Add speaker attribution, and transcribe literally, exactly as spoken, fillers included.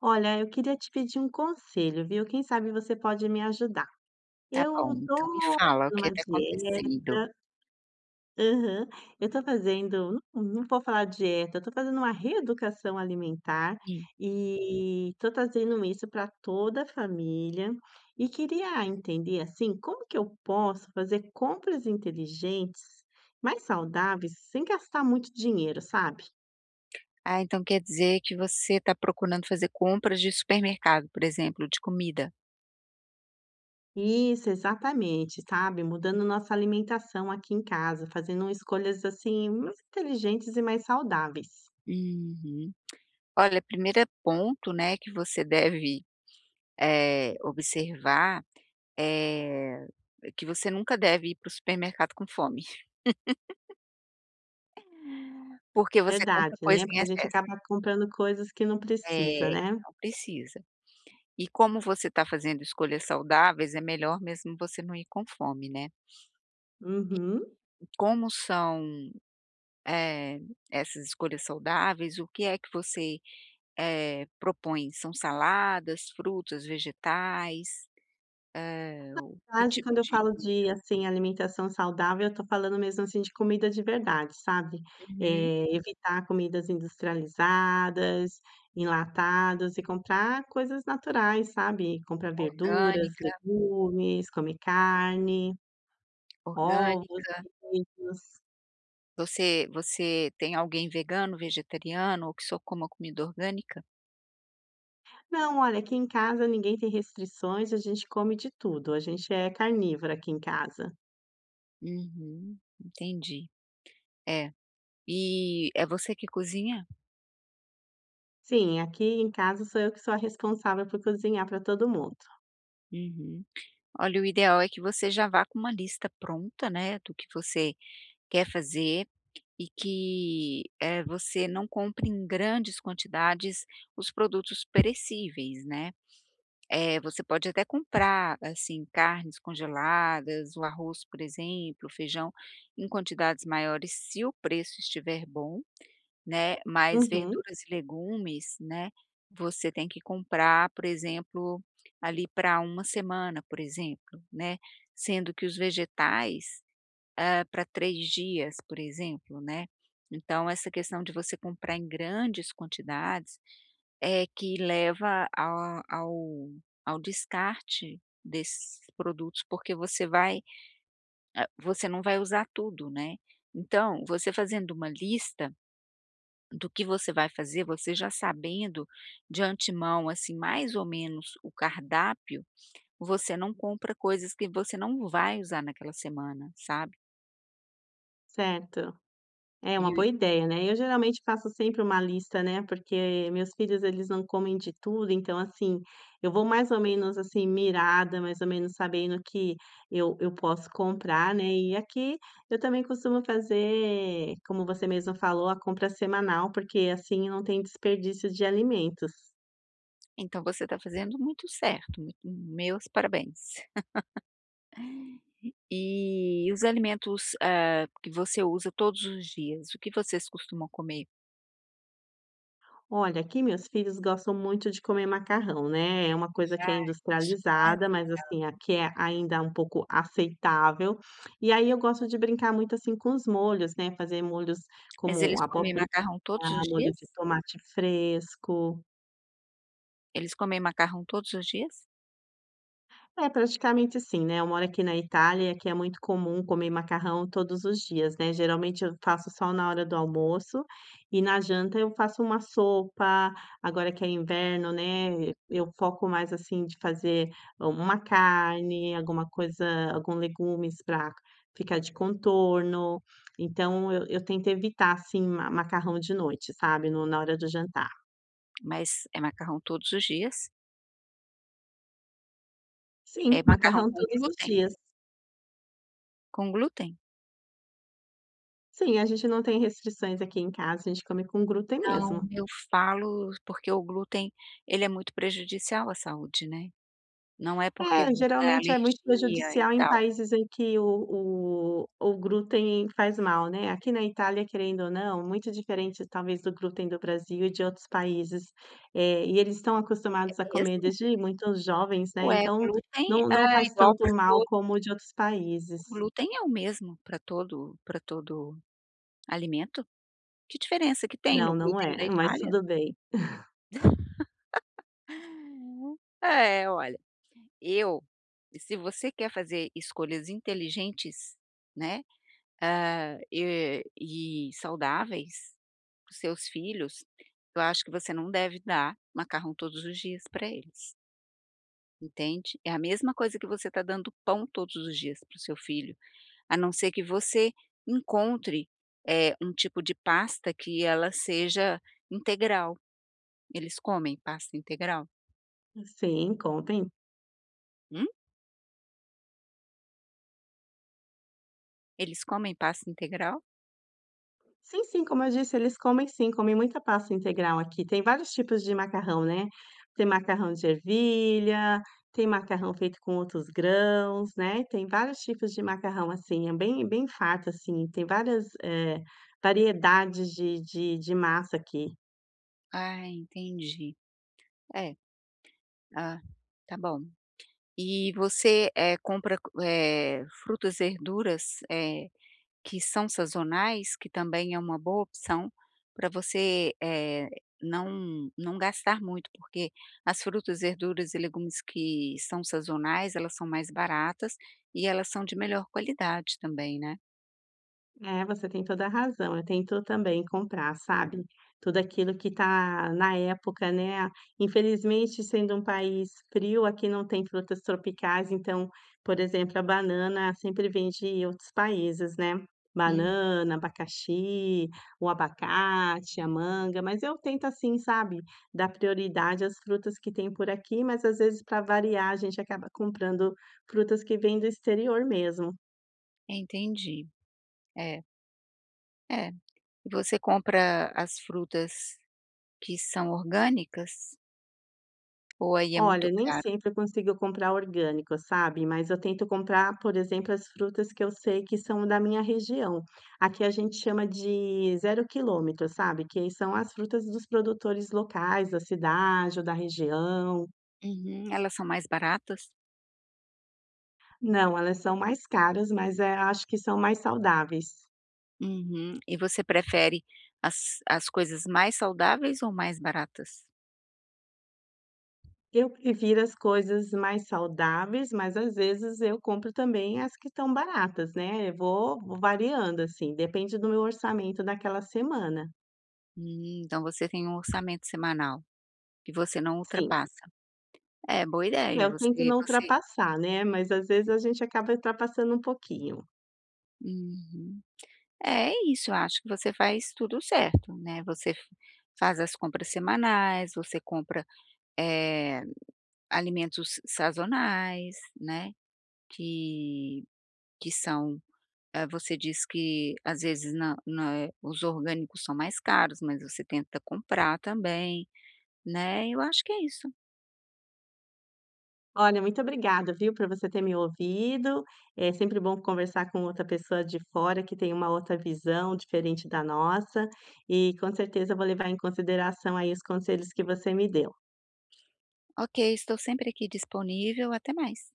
Speaker 1: Olha, eu queria te pedir um conselho, viu? Quem sabe você pode me ajudar.
Speaker 2: Tá bom,
Speaker 1: Eu
Speaker 2: então me
Speaker 1: tô
Speaker 2: fala o
Speaker 1: fazendo
Speaker 2: que
Speaker 1: uma
Speaker 2: está
Speaker 1: dieta,
Speaker 2: acontecendo.
Speaker 1: aham, eu tô fazendo, não, não vou falar dieta, eu tô fazendo uma reeducação alimentar
Speaker 2: Hum.
Speaker 1: e tô trazendo isso para toda a família e queria entender assim, como que eu posso fazer compras inteligentes, mais saudáveis, sem gastar muito dinheiro, sabe?
Speaker 2: Ah, então quer dizer que você está procurando fazer compras de supermercado, por exemplo, de comida.
Speaker 1: Isso, exatamente, sabe, mudando nossa alimentação aqui em casa, fazendo escolhas, assim, mais inteligentes e mais saudáveis.
Speaker 2: Uhum. Olha, primeiro ponto, né, que você deve, eh, observar, é que você nunca deve ir para o supermercado com fome, porque você compra
Speaker 1: Verdade,
Speaker 2: coisa
Speaker 1: né,
Speaker 2: em
Speaker 1: porque a gente
Speaker 2: excesso.
Speaker 1: acaba comprando coisas que não
Speaker 2: É,
Speaker 1: precisa, né.
Speaker 2: não precisa. E como você está fazendo escolhas saudáveis, é melhor mesmo você não ir com fome, né.
Speaker 1: Uhum.
Speaker 2: Como são eh, essas escolhas saudáveis, o que é que você, eh, propõe? São saladas, frutas, vegetais? Eh, o
Speaker 1: Na
Speaker 2: que
Speaker 1: verdade,
Speaker 2: tipo
Speaker 1: quando eu
Speaker 2: de
Speaker 1: falo
Speaker 2: comida?
Speaker 1: de, assim, alimentação saudável, eu tô falando mesmo, assim, de comida de verdade, sabe.
Speaker 2: Uhum.
Speaker 1: Eh, evitar comidas industrializadas, enlatados e comprar coisas naturais, sabe, comprar verduras,
Speaker 2: Orgânica,
Speaker 1: legumes, comer carne. Ovos,
Speaker 2: orgânica.
Speaker 1: queijos.
Speaker 2: Você você tem alguém vegano, vegetariano ou que só coma comida orgânica?
Speaker 1: Não, olha, aqui em casa ninguém tem restrições, a gente come de tudo, a gente é carnívora aqui em casa.
Speaker 2: Uhum, entendi. É. E é você que cozinha?
Speaker 1: Sim, aqui em casa sou eu que sou a responsável por cozinhar para todo mundo.
Speaker 2: Uhum. Olha, o ideal é que você já vá com uma lista pronta, né, do que você quer fazer. E que, eh, você não compre em grandes quantidades os produtos perecíveis, né. Eh, você pode até comprar, assim, carnes congeladas, o arroz, por exemplo, o feijão, em quantidades maiores se o preço estiver bom, né, mas
Speaker 1: Uhum,
Speaker 2: verduras e legumes, né, você tem que comprar, por exemplo, ali para uma semana, por exemplo, né, sendo que os vegetais ah, para três dias, por exemplo, né. Então essa questão de você comprar em grandes quantidades é que leva a ao ao descarte desses produtos, porque você vai ah, você não vai usar tudo, né. Então, você fazendo uma lista do que você vai fazer, você já sabendo de antemão, assim, mais ou menos o cardápio, você não compra coisas que você não vai usar naquela semana, sabe.
Speaker 1: certo. É uma boa ideia, né. Eu geralmente faço sempre uma lista, né, porque meus filhos eles não comem de tudo, então, assim, eu vou mais ou menos, assim, mirada, mais ou menos sabendo que eu eu posso comprar, né. E aqui eu também costumo fazer, como você mesmo falou, a compra semanal, porque assim não tem desperdício de alimentos.
Speaker 2: Então você está fazendo muito certo, muito meus parabéns. E os alimentos, hã, que você usa todos os dias, o que vocês costumam comer?
Speaker 1: Olha, aqui meus filhos gostam muito de comer macarrão, né? É uma coisa que é
Speaker 2: Ah, isso não é
Speaker 1: industrializada,
Speaker 2: assim.
Speaker 1: mas assim, aqui é ainda um pouco aceitável. E aí eu gosto de brincar muito assim com os molhos, né? Fazer molhos
Speaker 2: Mas eles
Speaker 1: como
Speaker 2: comem
Speaker 1: abobrinha,
Speaker 2: macarrão todos os
Speaker 1: molho de
Speaker 2: dias?
Speaker 1: tomate fresco.
Speaker 2: Eles comem macarrão todos os dias?
Speaker 1: É, praticamente sim, né, eu moro aqui na Itália, aqui é muito comum comer macarrão todos os dias, né, geralmente eu faço só na hora do almoço, e na janta eu faço uma sopa, agora que é inverno, né, eu foco mais, assim, de fazer uma carne, alguma coisa, algum legumes para ficar de contorno, então eu eu tento evitar, assim, ma macarrão de noite, sabe, no na hora do jantar.
Speaker 2: Mas é macarrão todos os dias? É
Speaker 1: Sim,
Speaker 2: macarrão
Speaker 1: macarrão
Speaker 2: com
Speaker 1: todos os
Speaker 2: glúten?
Speaker 1: dias.
Speaker 2: Com glúten?
Speaker 1: Sim, a gente não tem restrições aqui em casa, a gente come com glúten
Speaker 2: Não,
Speaker 1: mesmo.
Speaker 2: eu falo porque o glúten, ele é muito prejudicial à saúde, né. Não é porque
Speaker 1: É,
Speaker 2: vo é
Speaker 1: geralmente é muito
Speaker 2: alergia e
Speaker 1: prejudicial em
Speaker 2: tal,
Speaker 1: países em que o o o glúten faz mal, né. Aqui na Itália, querendo ou não, muito diferente talvez do glúten do Brasil e de outros países, eh, e eles estão
Speaker 2: é
Speaker 1: acostumados a comer
Speaker 2: mesmo?
Speaker 1: desde muito jovens, né,
Speaker 2: Ué,
Speaker 1: então
Speaker 2: glúten
Speaker 1: não
Speaker 2: é
Speaker 1: não faz
Speaker 2: igual
Speaker 1: tanto
Speaker 2: para
Speaker 1: mal
Speaker 2: todo
Speaker 1: como o de outros
Speaker 2: o
Speaker 1: países.
Speaker 2: glúten é o mesmo para todo para todo alimento. Que diferença que tem no
Speaker 1: Não, não
Speaker 2: glúten
Speaker 1: é,
Speaker 2: da
Speaker 1: mas
Speaker 2: Itália?
Speaker 1: tudo bem.
Speaker 2: É, olha, eu se você quer fazer escolhas inteligentes, né, hã, e e saudáveis para os seus filhos, eu acho que você não deve dar macarrão todos os dias para eles, entende? É a mesma coisa que você está dando pão todos os dias para o seu filho. A não ser que você encontre, eh, um tipo de pasta que ela seja integral. Eles comem pasta integral?
Speaker 1: Sim, contem.
Speaker 2: Hum? Eles comem pasta integral?
Speaker 1: Sim, sim, como eu disse, eles comem sim, comem muita pasta integral aqui. Tem vários tipos de macarrão, né? Tem macarrão de ervilha, tem macarrão feito com outros grãos, né? Tem vários tipos de macarrão assim, é bem, bem farto assim. Tem várias eh, variedades de, de, de massa aqui.
Speaker 2: Ah, entendi. É, ah, tá bom. E você, eh, compra, eh, frutas, verduras, eh que são sazonais, que também é uma boa opção para você, eh, não não gastar muito, porque as frutas, verduras e legumes que são sazonais, elas são mais baratas e elas são de melhor qualidade também, né.
Speaker 1: É, você tem toda a razão. Eu tento também comprar, sabe, tudo aquilo que tá na época, né. Infelizmente, sendo um país frio, aqui não tem frutas tropicais, então, por exemplo, a banana sempre vem de outros países, né.
Speaker 2: Hum.
Speaker 1: Banana, abacaxi, o abacate, a manga, mas eu tento assim, sabe, dar prioridade às frutas que tem por aqui, mas às vezes, para variar, a gente acaba comprando frutas que vêm do exterior mesmo.
Speaker 2: Entendi. É, é. E você compra as frutas que são orgânicas ou aí é muito
Speaker 1: Olha, nem
Speaker 2: caro?
Speaker 1: sempre eu consigo comprar orgânico, sabe? Mas eu tento comprar, por exemplo, as frutas que eu sei que são da minha região. Aqui a gente chama de zero quilômetro, sabe? Que são as frutas dos produtores locais, da cidade ou da região.
Speaker 2: Uhum, elas são mais baratas?
Speaker 1: Não, elas são mais caras, mas é, acho que são mais saudáveis.
Speaker 2: Uhum. E você prefere as as coisas mais saudáveis ou mais baratas?
Speaker 1: Eu prefiro as coisas mais saudáveis, mas às vezes eu compro também as que estão baratas, né? Eu vou vou variando, assim, depende do meu orçamento daquela semana.
Speaker 2: Hum, então você tem um orçamento semanal que você não
Speaker 1: Sim.
Speaker 2: ultrapassa. É, boa
Speaker 1: É,
Speaker 2: ideia,
Speaker 1: eu tento
Speaker 2: você
Speaker 1: não
Speaker 2: você
Speaker 1: ultrapassar, né, mas às vezes a gente acaba ultrapassando um pouquinho.
Speaker 2: uhum. É isso, eu acho que você faz tudo certo, né, você f faz as compras semanais, você compra, eh, alimentos sazonais, né, que que são, eh, você diz que às vezes na na os orgânicos são mais caros, mas você tenta comprar também, né, eu acho que é isso.
Speaker 1: Olha, muito obrigada, viu, por você ter me ouvido. É sempre bom conversar com outra pessoa de fora que tem uma outra visão diferente da nossa, e com certeza eu vou levar em consideração aí os conselhos que você me deu.
Speaker 2: Ok, estou sempre aqui disponível, até mais.